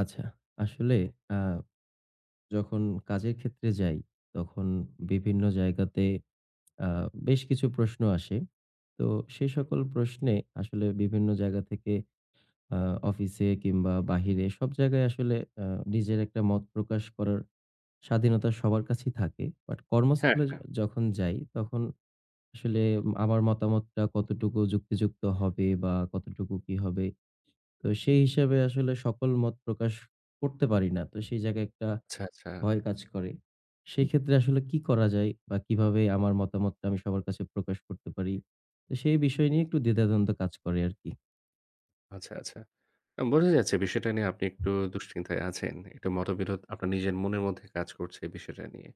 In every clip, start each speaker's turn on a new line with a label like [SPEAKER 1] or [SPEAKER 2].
[SPEAKER 1] আচ্ছা। আসলে আ যখন কাজের ক্ষেত্রে যাই, তখন বিভিন্ন জায়গাতে আ বেশ কিছু প্রশ্ন আসে। তো সে সকল প্রশ্নে আসলে বিভিন্ন জায়গা থেকে আ অফিসে কিংবা বাহিরে সব জায়গায় আসলে আ নিজের একটা মত প্রকাশ করার স্বাধীনতা সবার কাছেই থাকে। বাট
[SPEAKER 2] হ্যাঁ,
[SPEAKER 1] কর্মস্থলে যখন যাই, তখন আসলে আমার মতামতটা কতটুকু যুক্তিযুক্ত হবে বা কতটুকু কি হবে? তো সেই হিসাবে আসলে সকল মত প্রকাশ করতে পারি না। তো সেই জায়গায় একটা
[SPEAKER 2] আচ্ছা, আচ্ছা,
[SPEAKER 1] ভয় কাজ করে। সেক্ষেত্রে আসলে কি করা যায় বা কিভাবে আমার মতামতটা আমি সবার কাছে প্রকাশ করতে পারি? তো সেই বিষয় নিয়ে একটু দ্বিধাদ্বন্দ্ব কাজ করে আরকি।
[SPEAKER 2] আচ্ছা, আচ্ছা। বোঝা যাচ্ছে বিষয়টা নিয়ে আপনি একটু দুশ্চিন্তায় আছেন। একটু মতবিরোধ আপনার নিজের মনের মধ্যে কাজ করছে এই বিষয়টা নিয়ে।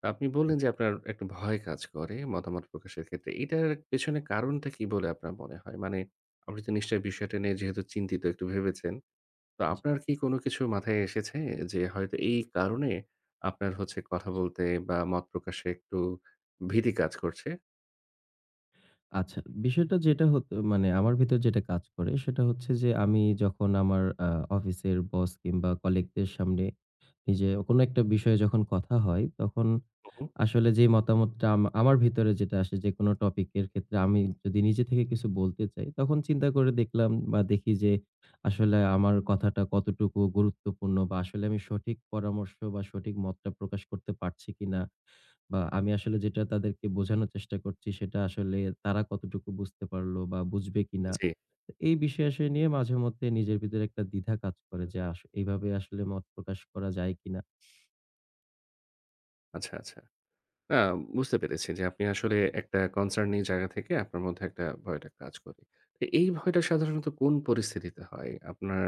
[SPEAKER 2] তো আপনি বললেন যে আপনার একটু ভয় কাজ করে মতামত প্রকাশের ক্ষেত্রে। এটার পেছনে কারণটা কি বলে আপনার মনে হয়? মানে আপনি তো নিশ্চয়ই বিষয়টা নিয়ে যেহেতু চিন্তিত একটু ভেবেছেন। তো
[SPEAKER 1] জি।
[SPEAKER 2] আপনার কি কোনো কিছু মাথায় এসেছে যে হয়তো এই কারণে আপনার হচ্ছে কথা বলতে বা মত প্রকাশে একটু ভীতি কাজ করছে?
[SPEAKER 1] আচ্ছা, বিষয়টা যেটা হতো মানে আমার ভিতর যেটা কাজ করে সেটা হচ্ছে যে আমি যখন আমার অফিসের বস কিংবা কলিগদের সামনে নিজে কোনো একটা বিষয়ে যখন কথা হয় তখন
[SPEAKER 2] হু, হু।
[SPEAKER 1] আসলে যেই মতামতটা আমার ভিতরে যেটা আসে যেকোনো টপিকের ক্ষেত্রে আমি যদি নিজে থেকে কিছু বলতে চাই, তখন চিন্তা করে দেখলাম বা দেখি যে আসলে আমার কথাটা কতটুকু গুরুত্বপূর্ণ বা আসলে আমি সঠিক পরামর্শ বা সঠিক মতটা প্রকাশ করতে পারছি কিনা? বা আমি আসলে যেটা তাদেরকে বোঝানোর চেষ্টা করছি সেটা আসলে তারা কতটুকু বুঝতে পারলো বা বুঝবে কিনা?
[SPEAKER 2] জি,
[SPEAKER 1] তো এই বিষয়-আশয় নিয়ে মাঝেমধ্যে নিজের ভিতরে একটা দ্বিধা কাজ করে যে এভাবে আসলে মত প্রকাশ করা যায় কিনা?
[SPEAKER 2] আচ্ছা, আচ্ছা। না, বুঝতে পেরেছি যে আপনি আসলে একটা কনসার্নিং জায়গা থেকে আপনার মধ্যে একটা ভয়টা কাজ করে। তো এই ভয়টা সাধারণত কোন পরিস্থিতিতে হয়? আপনার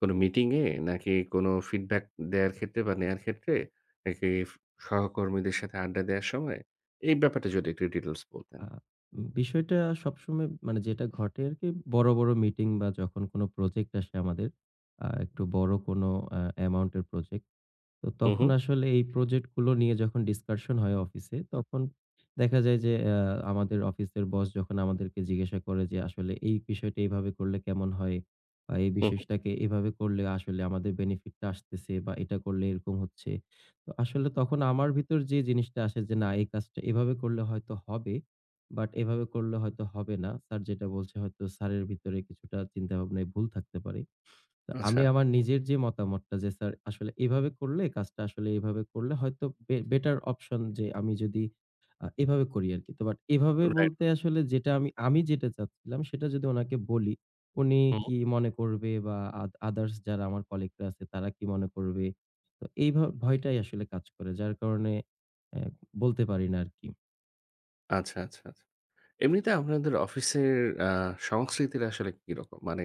[SPEAKER 2] কোনো মিটিংয়ে নাকি কোনো ফিডব্যাক দেওয়ার ক্ষেত্রে বা নেয়ার ক্ষেত্রে? নাকি ফ সহকর্মীদের সাথে আড্ডা দেওয়ার সময়? এই ব্যাপারটা যদি একটু ডিটেইলস বলতেন।
[SPEAKER 1] আ বিষয়টা সবসময় মানে যেটা ঘটে আরকি, বড়, বড় মিটিং বা যখন কোন প্রজেক্ট আসে আমাদের, একটু বড় কোনো অ্যামাউন্টের প্রজেক্ট। তো
[SPEAKER 2] হু, হু,
[SPEAKER 1] তখন আসলে এই প্রজেক্ট গুলো নিয়ে যখন ডিসকাশন হয় অফিসে, তখন দেখা যায় যে আমাদের অফিসের বস যখন আমাদেরকে জিজ্ঞাসা করে যে, আসলে এই বিষয়টা এভাবে করলে কেমন হয়? বা এই
[SPEAKER 2] হু, হু।
[SPEAKER 1] বিষয়টাকে এভাবে করলে আসলে আমাদের বেনিফিটটা আসতেছে, বা এটা করলে এরকম হচ্ছে। তো আসলে তখন আমার ভিতর যে জিনিসটা আসে যে, না এই কাজটা এভাবে করলে হয়তো হবে। বাট এভাবে করলে হয়তো হবে না। স্যার যেটা বলছে হয়তো স্যারের ভিতরে কিছুটা চিন্তাভাবনায় ভুল থাকতে পারে। তো আমি
[SPEAKER 2] আচ্ছা,
[SPEAKER 1] আমার নিজের যে মতামতটা, যে স্যার আসলে এভাবে করলে কাজটা, আসলে এভাবে করলে হয়তো বেটার অপশন, যে আমি যদি এভাবে করি আরকি। তো বাট এভাবে
[SPEAKER 2] রাইট।
[SPEAKER 1] বলতে আসলে যেটা আমি যেটা চাচ্ছিলাম সেটা যদি ওনাকে বলি, উনি
[SPEAKER 2] হু,
[SPEAKER 1] কি মনে করবে, বা আদার্স যারা আমার কলিগরা আছে তারা কি মনে করবে? তো এই ভয়টাই আসলে কাজ করে। যার কারণে অ্যা বলতে পারি না আরকি।
[SPEAKER 2] আচ্ছা, আচ্ছা, আচ্ছা। এমনিতে আপনাদের অফিসের আ সংস্কৃতিটা আসলে কিরকম? মানে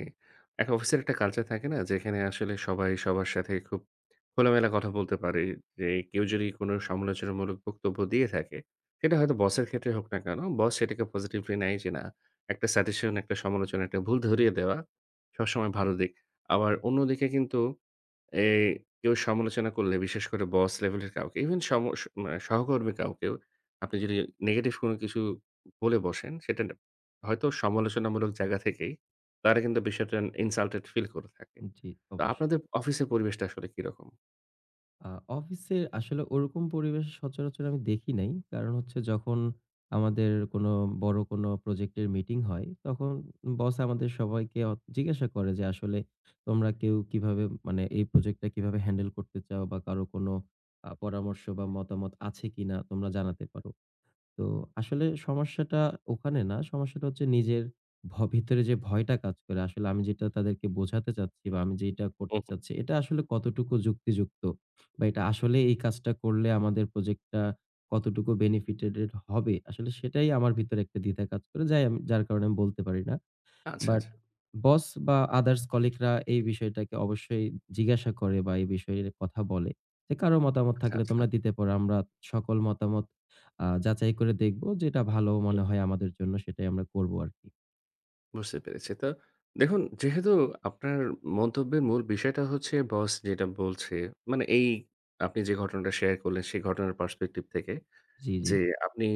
[SPEAKER 2] একটা অফিসের একটা কালচার থাকে না? যেখানে আসলে সবাই সবার সাথে খুব খোলামেলা কথা বলতে পারে। যে কেউ যদি কোনো সমালোচনামূলক বক্তব্য দিয়ে থাকে, সেটা হয়তো বসের ক্ষেত্রে হোক না কেন, বস সেটাকে পজিটিভলি নেয় যে না, একটা সাজেশন, একটা সমালোচনা, একটা ভুল ধরিয়ে দেওয়া সবসময় ভালো দিক। আবার অন্যদিকে কিন্তু এ কেউ সমালোচনা করলে বিশেষ করে বস লেভেলের কাউকে ইভেন সম স মানে সহকর্মী কাউকেও আপনি যদি নেগেটিভ কোনো কিছু বলে বসেন সেটা না হয়তো সমালোচনামূলক জায়গা থেকেই তারা কিন্তু বিষয়টা ইনসাল্টেড ফিল করে থাকে।
[SPEAKER 1] জি,
[SPEAKER 2] তো
[SPEAKER 1] অবশ্যই।
[SPEAKER 2] আপনাদের অফিসের পরিবেশটা আসলে কিরকম?
[SPEAKER 1] আ অফিসে আসলে ওরকম পরিবেশ সচরাচর আমি দেখি নাই। কারণ হচ্ছে, যখন আমাদের কোনো বড় কোনো প্রজেক্টের মিটিং হয়, তখন বস আমাদের সবাইকে জিজ্ঞাসা করে যে, "আসলে তোমরা কেউ কিভাবে, মানে এই প্রজেক্টটা কিভাবে হ্যান্ডেল করতে চাও, বা কারো কোনো পরামর্শ বা মতামত আছে কিনা তোমরা জানাতে পারো।" তো আসলে সমস্যাটা ওখানে না, সমস্যাটা হচ্ছে নিজের ভিতরে যে ভয়টা কাজ করে, আসলে আমি যেটা তাদেরকে বোঝাতে চাচ্ছি বা আমি যেটা
[SPEAKER 2] হু,
[SPEAKER 1] করতে
[SPEAKER 2] হু।
[SPEAKER 1] চাচ্ছি এটা আসলে কতটুকু যুক্তিযুক্ত, বা এটা আসলে এই কাজটা করলে আমাদের প্রজেক্টটা কতটুকু বেনিফিটেড হবে, আসলে সেটাই আমার ভিতরে একটা দ্বিধা কাজ করে যাই আমি, যার কারণে আমি বলতে পারি না।
[SPEAKER 2] আচ্ছা, আচ্ছা,
[SPEAKER 1] বাট বস বা আদার্স কলিগরা এই বিষয়টাকে অবশ্যই জিজ্ঞাসা করে বা এই বিষয়ে কথা বলে যে, "কারো মতামত
[SPEAKER 2] আচ্ছা,
[SPEAKER 1] থাকলে
[SPEAKER 2] আচ্ছা।
[SPEAKER 1] তোমরা দিতে পারো। আমরা সকল মতামত যাচাই করে দেখব। যেটা ভালো
[SPEAKER 2] হুম।
[SPEAKER 1] মনে হয় আমাদের জন্য সেটাই আমরা করব আরকি।"
[SPEAKER 2] বুঝতে পেরেছি। তো দেখুন যেহেতু আপনার মন্তব্যের মূল বিষয়টা হচ্ছে বস যেটা বলছে মানে এই আপনি যে ঘটনাটা শেয়ার করলেন সেই ঘটনার পার্সপেক্টিভ থেকে
[SPEAKER 1] জি, জি,
[SPEAKER 2] যে আপনি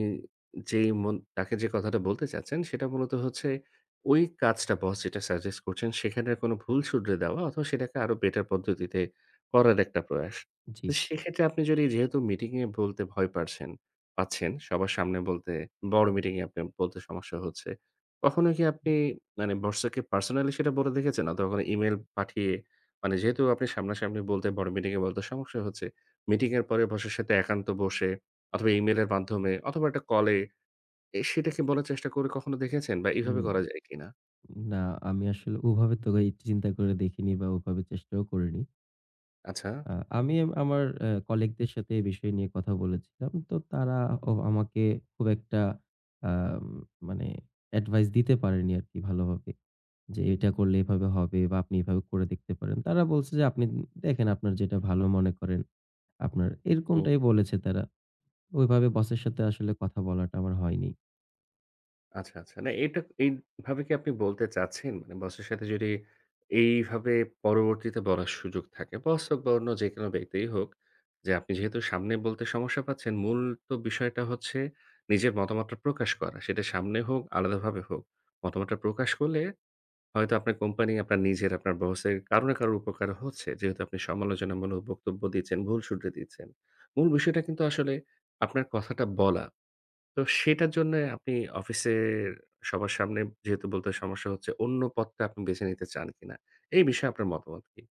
[SPEAKER 2] যেই মন তাকে যে কথাটা বলতে চাচ্ছেন সেটা মূলত হচ্ছে ওই কাজটা বস যেটা সাজেস্ট করছেন সেখানের কোনো ভুল শুধরে দেওয়া অথবা সেটাকে আরো বেটার পদ্ধতিতে করার একটা প্রয়াস।
[SPEAKER 1] জি।
[SPEAKER 2] তো সেক্ষেত্রে আপনি যদি যেহেতু মিটিংয়ে বলতে ভয় পারছেন পাচ্ছেন, সবার সামনে বলতে বড় মিটিংয়ে আপনি বলতে সমস্যা হচ্ছে। কখনো কি আপনি মানে বসকে পার্সোনালি সেটা বলে দেখেছেন? অথবা কোনো ইমেইল পাঠিয়ে মানে যেহেতু আপনি সামনাসামনি বলতে বড় মিটিংয়ে বলতে সমস্যা হচ্ছে, মিটিংয়ের পরে বসের সাথে একান্ত বসে অথবা ইমেইলের মাধ্যমে অথবা একটা কলে সেটা কি বলার চেষ্টা করে কখনো দেখেছেন? বা
[SPEAKER 1] উম
[SPEAKER 2] এভাবে করা যায় কিনা?
[SPEAKER 1] না, আমি আসলে ওভাবে তো এই চিন্তা করে দেখিনি বা ওভাবে চেষ্টাও করিনি।
[SPEAKER 2] আচ্ছা।
[SPEAKER 1] আ আমার কলিগদের সাথে এই বিষয় নিয়ে কথা বলেছিলাম। তো তারা ও আমাকে খুব একটা আম মানে অ্যাডভাইস দিতে পারেনি আরকি ভালোভাবে। যে এটা করলে এভাবে হবে বা আপনি এভাবে করে দেখতে পারেন। তারা বলছে যে, আপনি দেখেন আপনার যেটা ভালো মনে করেন, আপনার
[SPEAKER 2] হুম।
[SPEAKER 1] এরকমটাই বলেছে তারা। ওইভাবে বসের সাথে আসলে কথা বলাটা আমার হয়নি।
[SPEAKER 2] আচ্ছা, আচ্ছা। না এটা এইভাবে কি আপনি বলতে চাচ্ছেন? মানে বসের সাথে যদি এইভাবে পরবর্তীতে বলার সুযোগ থাকে, বস হোক বা অন্য যেকোনো ব্যক্তিই হোক, যে আপনি যেহেতু সামনে বলতে সমস্যা পাচ্ছেন, তো বিষয়টা হচ্ছে নিজের মতামতটা প্রকাশ করা। সেটা সামনে হোক, আলাদাভাবে হোক। মতামতটা প্রকাশ করলে হয়তো আপনার কোম্পানি, আপনার নিজের, আপনার বসের কারো না কারো উপকার হচ্ছে। যেহেতু আপনি সমালোচনামূলক বক্তব্য দিচ্ছেন, ভুল শুধরে দিচ্ছেন। মূল বিষয়টা কিন্তু আসলে আপনার কথাটা বলা। তো সেটার জন্য আপনি অফিসের সবার সামনে যেহেতু বলতে সমস্যা হচ্ছে, অন্য পথটা আপনি বেছে নিতে চান কিনা? এই বিষয়ে আপনার মতামত কি?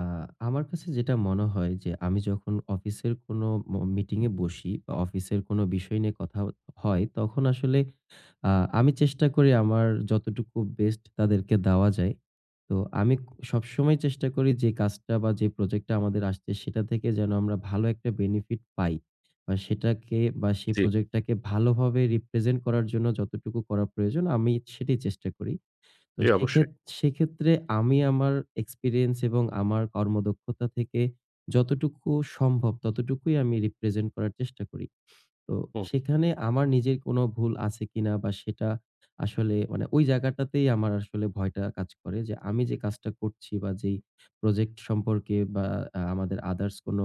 [SPEAKER 1] আ আমার কাছে যেটা মনে হয় যে আমি যখন অফিসের কোনো মিটিং এ বসি বা অফিসের কোনো বিষয় নিয়ে কথা হয় তখন আসলে আ আমি চেষ্টা করি আমার যতটুকু বেস্ট তাদেরকে দেওয়া যায়। তো আমি সবসময় চেষ্টা করি যে কাজটা বা যে প্রজেক্টটা আমাদের আসছে সেটা থেকে যেন আমরা ভালো একটা বেনিফিট পাই। বা সেটাকে বা সেই
[SPEAKER 2] জি,
[SPEAKER 1] প্রজেক্টটাকে ভালোভাবে রিপ্রেজেন্ট করার জন্য যতটুকু করা প্রয়োজন আমি সেটাই চেষ্টা করি। তো
[SPEAKER 2] জি অবশ্যই।
[SPEAKER 1] সেক্ষেত্রে আমি আমার এক্সপেরিয়েন্স এবং আমার কর্মদক্ষতা থেকে যতটুকু সম্ভব ততটুকুই আমি রিপ্রেজেন্ট করার চেষ্টা করি। তো
[SPEAKER 2] হুম,
[SPEAKER 1] সেখানে আমার নিজের কোনো ভুল আছে কিনা বা সেটা আসলে, মানে ওই জায়গাটাতেই আমার আসলে ভয়টা কাজ করে, যে আমি যে কাজটা করছি বা যেই প্রজেক্ট সম্পর্কে বা আমাদের আদার্স কোনো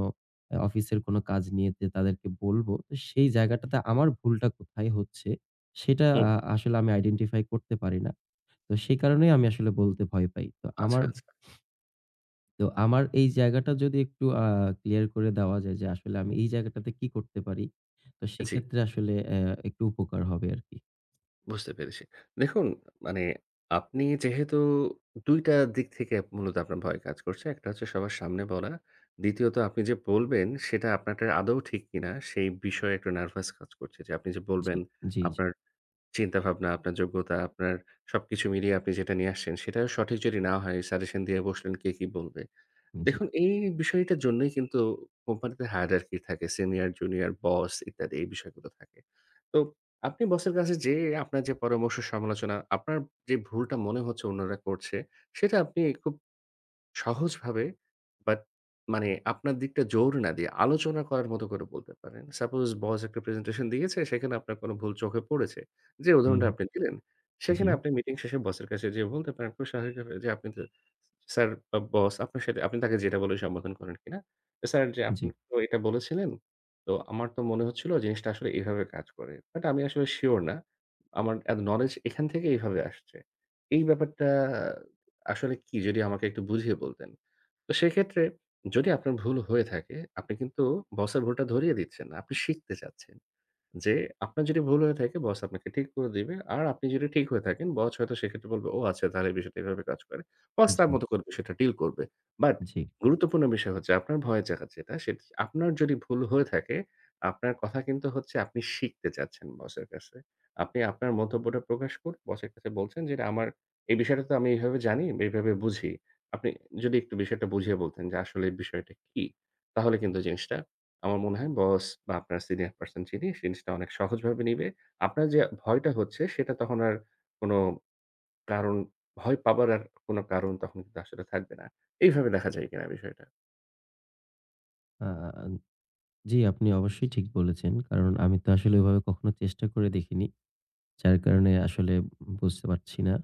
[SPEAKER 1] অফিসের কোনো কাজ নিয়ে যে তাদেরকে বলবো, তো সেই জায়গাটাতে আমার ভুলটা কোথায় হচ্ছে সেটা
[SPEAKER 2] হুম।
[SPEAKER 1] আসলে আমি আইডেন্টিফাই করতে পারি না। তো সেই কারণেই আমি আসলে বলতে ভয় পাই। তো
[SPEAKER 2] আচ্ছা,
[SPEAKER 1] আমার
[SPEAKER 2] আচ্ছা।
[SPEAKER 1] তো আমার এই জায়গাটা যদি একটু ক্লিয়ার করে দেওয়া যায় যে আসলে আমি এই জায়গাটাতে কি করতে পারি? তো
[SPEAKER 2] জি।
[SPEAKER 1] সেক্ষেত্রে আসলে একটু উপকার হবে আরকি।
[SPEAKER 2] বুঝতে পেরেছি। দেখুন মানে আপনি যেহেতু ২ টা দিক থেকে মূলত আপনার ভয় কাজ করছে। একটা হচ্ছে সবার সামনে বলা। দ্বিতীয়ত আপনি যে বলবেন সেটা আপনারটা আদৌ ঠিক কিনা সেই বিষয়ে একটু নার্ভাস কাজ করছে। যে আপনি যে
[SPEAKER 1] জি,
[SPEAKER 2] বলবেন
[SPEAKER 1] জি,
[SPEAKER 2] আপনার চিন্তাভাবনা, আপনার যোগ্যতা, আপনার সবকিছু মিলিয়ে আপনি যেটা নিয়ে আসছেন সেটাও সঠিক যদি না হয় সাজেশন দিয়ে বসলেন কে কি বলবে?
[SPEAKER 1] জি, জি।
[SPEAKER 2] দেখুন এই বিষয়টার জন্যই কিন্তু কোম্পানিতে হায়ারার্কি থাকে। সিনিয়র, জুনিয়র, বস ইত্যাদি এই বিষয়গুলো থাকে। তো আপনি বসের কাছে যেয়ে আপনার যে পরামর্শ সমালোচনা, আপনার যে ভুলটা মনে হচ্ছে অন্যরা করছে, সেটা আপনি খুব সহজভাবে বাট মানে আপনার দিকটা জোর না দিয়ে আলোচনা করার মতো করে বলতে পারেন। সাপোজ বস একটা প্রেজেন্টেশন দিয়েছে, সেখানে আপনার কোনো ভুল চোখে পড়েছে। যে
[SPEAKER 1] হুম,
[SPEAKER 2] উদাহরণটা
[SPEAKER 1] হুম।
[SPEAKER 2] আপনি দিলেন,
[SPEAKER 1] জি,
[SPEAKER 2] সেখানে আপনি মিটিং শেষে বসের কাছে যেয়ে বলতে পারেন খুব স্বাভাবিকভাবে যে আপনি তো স্যার বা বস আপনার সাথে আপনি তাকে যেটা বলে সম্বোধন করেন কিনা, "স্যার যে আপনি
[SPEAKER 1] জি,
[SPEAKER 2] তো এটা বলেছিলেন, তো আমার তো মনে হচ্ছিল জিনিসটা আসলে এভাবে কাজ করে। বাট আমি আসলে সিউর না। আমার এ নলেজ এখান থেকে এভাবে আসছে।" এই ব্যাপারটা আসলে কি? যদি আমাকে একটু বুঝিয়ে বলতেন। তো সেক্ষেত্রে যদি আপনার ভুল হয়ে থাকে, আপনি কিন্তু বসের ভুলটা ধরিয়ে দিচ্ছেন না। আপনি শিখতে চাচ্ছেন। যে আপনার যদি ভুল হয়ে থাকে বস আপনাকে ঠিক করে দিবে। আর আপনি যদি ঠিক হয়ে থাকেন বস হয়তো সেক্ষেত্রে বলবে, "ও আচ্ছা তাহলে এই বিষয়টা এভাবে কাজ করে।" বস
[SPEAKER 1] জি,
[SPEAKER 2] তার মতো করে বিষয়টা ডিল করবে। বাট
[SPEAKER 1] জি।
[SPEAKER 2] গুরুত্বপূর্ণ বিষয় হচ্ছে আপনার ভয়ের জায়গা যেটা সেটা আপনার যদি ভুল হয়ে থাকে, আপনার কথা কিন্তু হচ্ছে আপনি শিখতে চাচ্ছেন বসের কাছে। আপনি আপনার মন্তব্যটা প্রকাশ করে বসের কাছে বলছেন যে, "এটা আমার এই বিষয়টা তো আমি এইভাবে জানি বা এইভাবে বুঝি।" আপনি যদি একটু বিষয়টা বুঝিয়ে বলতেন যে আসলে এই বিষয়টা কি? তাহলে কিন্তু জিনিসটা আমার মনে হয় বস বা আপনার সিনিয়র পারসন যিনি, জিনিসটা অনেক সহজভাবে নিবে। আপনার যে ভয়টা হচ্ছে সেটা তখন আর কোনো কারণ ভয় পাবার আর কোনো কারণ তখন কিন্তু আসলে থাকবে না। এইভাবে দেখা যায় কিনা বিষয়টা?
[SPEAKER 1] আ জি, আপনি অবশ্যই ঠিক বলেছেন। কারণ আমি তো আসলে ওইভাবে কখনো চেষ্টা করে দেখিনি। যার কারণে আসলে বুঝতে পারছি না।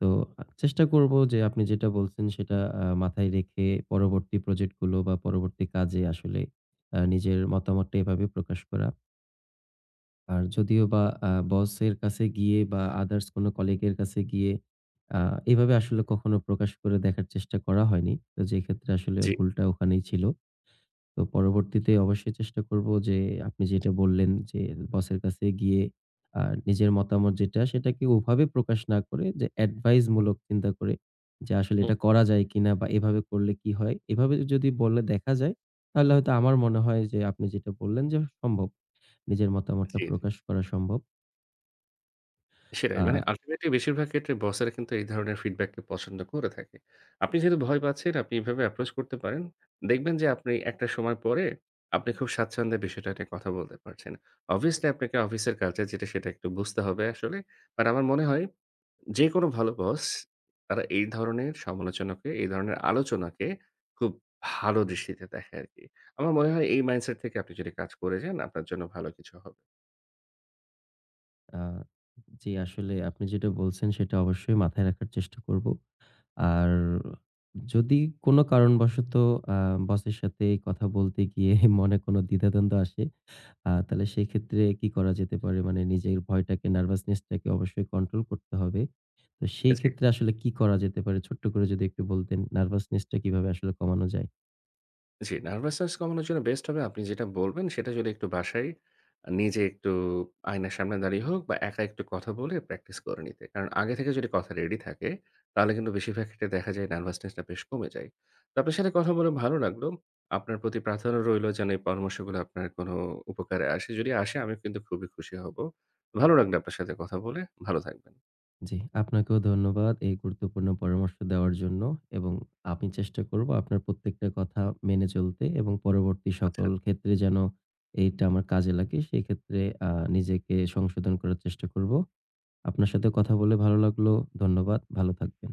[SPEAKER 1] তো চেষ্টা করব যে আপনি যেটা বলছেন সেটা মাথায় রেখে পরবর্তী প্রজেক্ট গুলো বা পরবর্তী কাজে আসলে নিজের মতামতটা এভাবে প্রকাশ করা। আর যদিও বা বসের কাছে গিয়ে বা আদার্স কোনো কলিগের কাছে গিয়ে আ এভাবে আসলে কখনো প্রকাশ করে দেখার চেষ্টা করা হয়নি। তো যেক্ষেত্রে আসলে
[SPEAKER 2] জি,
[SPEAKER 1] ভুলটা ওখানেই ছিল। তো পরবর্তীতে অবশ্যই চেষ্টা করব যে আপনি যেটা বললেন যে বসের কাছে গিয়ে আ নিজের মতামত যেটা সেটাকে ওভাবে প্রকাশ না করে, যে এডভাইস মূলক চিন্তা করে, যে আসলে
[SPEAKER 2] হুম,
[SPEAKER 1] এটা করা যায় কিনা বা এভাবে করলে কি হয়? এভাবে যদি বলে দেখা যায় তাহলে হয়তো আমার মনে হয় যে আপনি যেটা বললেন যে সম্ভব। নিজের মতামতটা
[SPEAKER 2] জি,
[SPEAKER 1] প্রকাশ করা সম্ভব।
[SPEAKER 2] সেটাই।
[SPEAKER 1] আ
[SPEAKER 2] মানে আল্টিমেটলি বেশিরভাগ ক্ষেত্রে বসেরা কিন্তু এই ধরনের ফিডব্যাককে পছন্দ করে থাকে। আপনি যেহেতু ভয় পাচ্ছেন আপনি এভাবে অ্যাপ্রোচ করতে পারেন। দেখবেন যে আপনি একটা সময় পরে আপনি খুব স্বাচ্ছন্দ্যে বিষয়টা নিয়ে কথা বলতে পারছেন। অবভিয়াসলি আপনাকে অফিসের কালচার যেটা সেটা একটু বুঝতে হবে আসলে। বাট আমার মনে হয় যেকোনো ভালো বস তারা এই ধরনের সমালোচনাকে, এই ধরনের আলোচনাকে খুব ভালো দৃষ্টিতে দেখে আরকি। আমার মনে হয় এই মাইন্ডসেট থেকে আপনি যদি কাজ করে যান, আপনার জন্য ভালো কিছু হবে।
[SPEAKER 1] আ জি, আসলে আপনি যেটা বলছেন সেটা অবশ্যই মাথায় রাখার চেষ্টা করব। আর যদি কোনো কারণবশত আ বসের সাথে কথা বলতে গিয়ে মনে কোনো দ্বিধাদ্বন্দ্ব আসে, তাহলে সেক্ষেত্রে কি করা যেতে পারে? মানে নিজের ভয়টাকে, নার্ভাসনেস টাকে অবশ্যই কন্ট্রোল করতে হবে। তো সেই
[SPEAKER 2] জি।
[SPEAKER 1] ক্ষেত্রে আসলে কি করা যেতে পারে? ছোট্ট করে যদি একটু বলতেন, নার্ভাসনেস টা কিভাবে আসলে কমানো যায়?
[SPEAKER 2] জি, নার্ভাসনেস কমানোর জন্য বেস্ট হবে আপনি যেটা বলবেন সেটা যদি একটু বাসায় নিজে একটু আয়নার সামনে দাঁড়িয়ে হোক বা একা একটু কথা বলে প্র্যাকটিস করে নিতে। কারণ আগে থেকে যদি কথা রেডি থাকে তাহলে কিন্তু বেশিরভাগ ক্ষেত্রে দেখা যায় নার্ভাসনেসটা বেশ কমে যায়। তো আপনার সাথে কথা বলে ভালো লাগলো। আপনার প্রতি প্রার্থনা রইলো যেন এই পরামর্শগুলো আপনার কোনো উপকারে আসে। যদি আসে আমি কিন্তু খুবই খুশি হব। ভালো লাগলো আপনার সাথে কথা বলে। ভালো থাকবেন।
[SPEAKER 1] জি, আপনাকেও ধন্যবাদ এই গুরুত্বপূর্ণ পরামর্শ দেওয়ার জন্য, এবং আমি চেষ্টা করব আপনার প্রত্যেকটা কথা মেনে চলতে, এবং পরবর্তী
[SPEAKER 2] আচ্ছা।
[SPEAKER 1] সকল ক্ষেত্রে যেন এইটা আমার কাজে লাগে, সেই ক্ষেত্রে নিজেকে সংশোধন করার চেষ্টা করব। আপনার সাথে কথা বলে ভালো লাগলো। ধন্যবাদ। ভালো থাকবেন।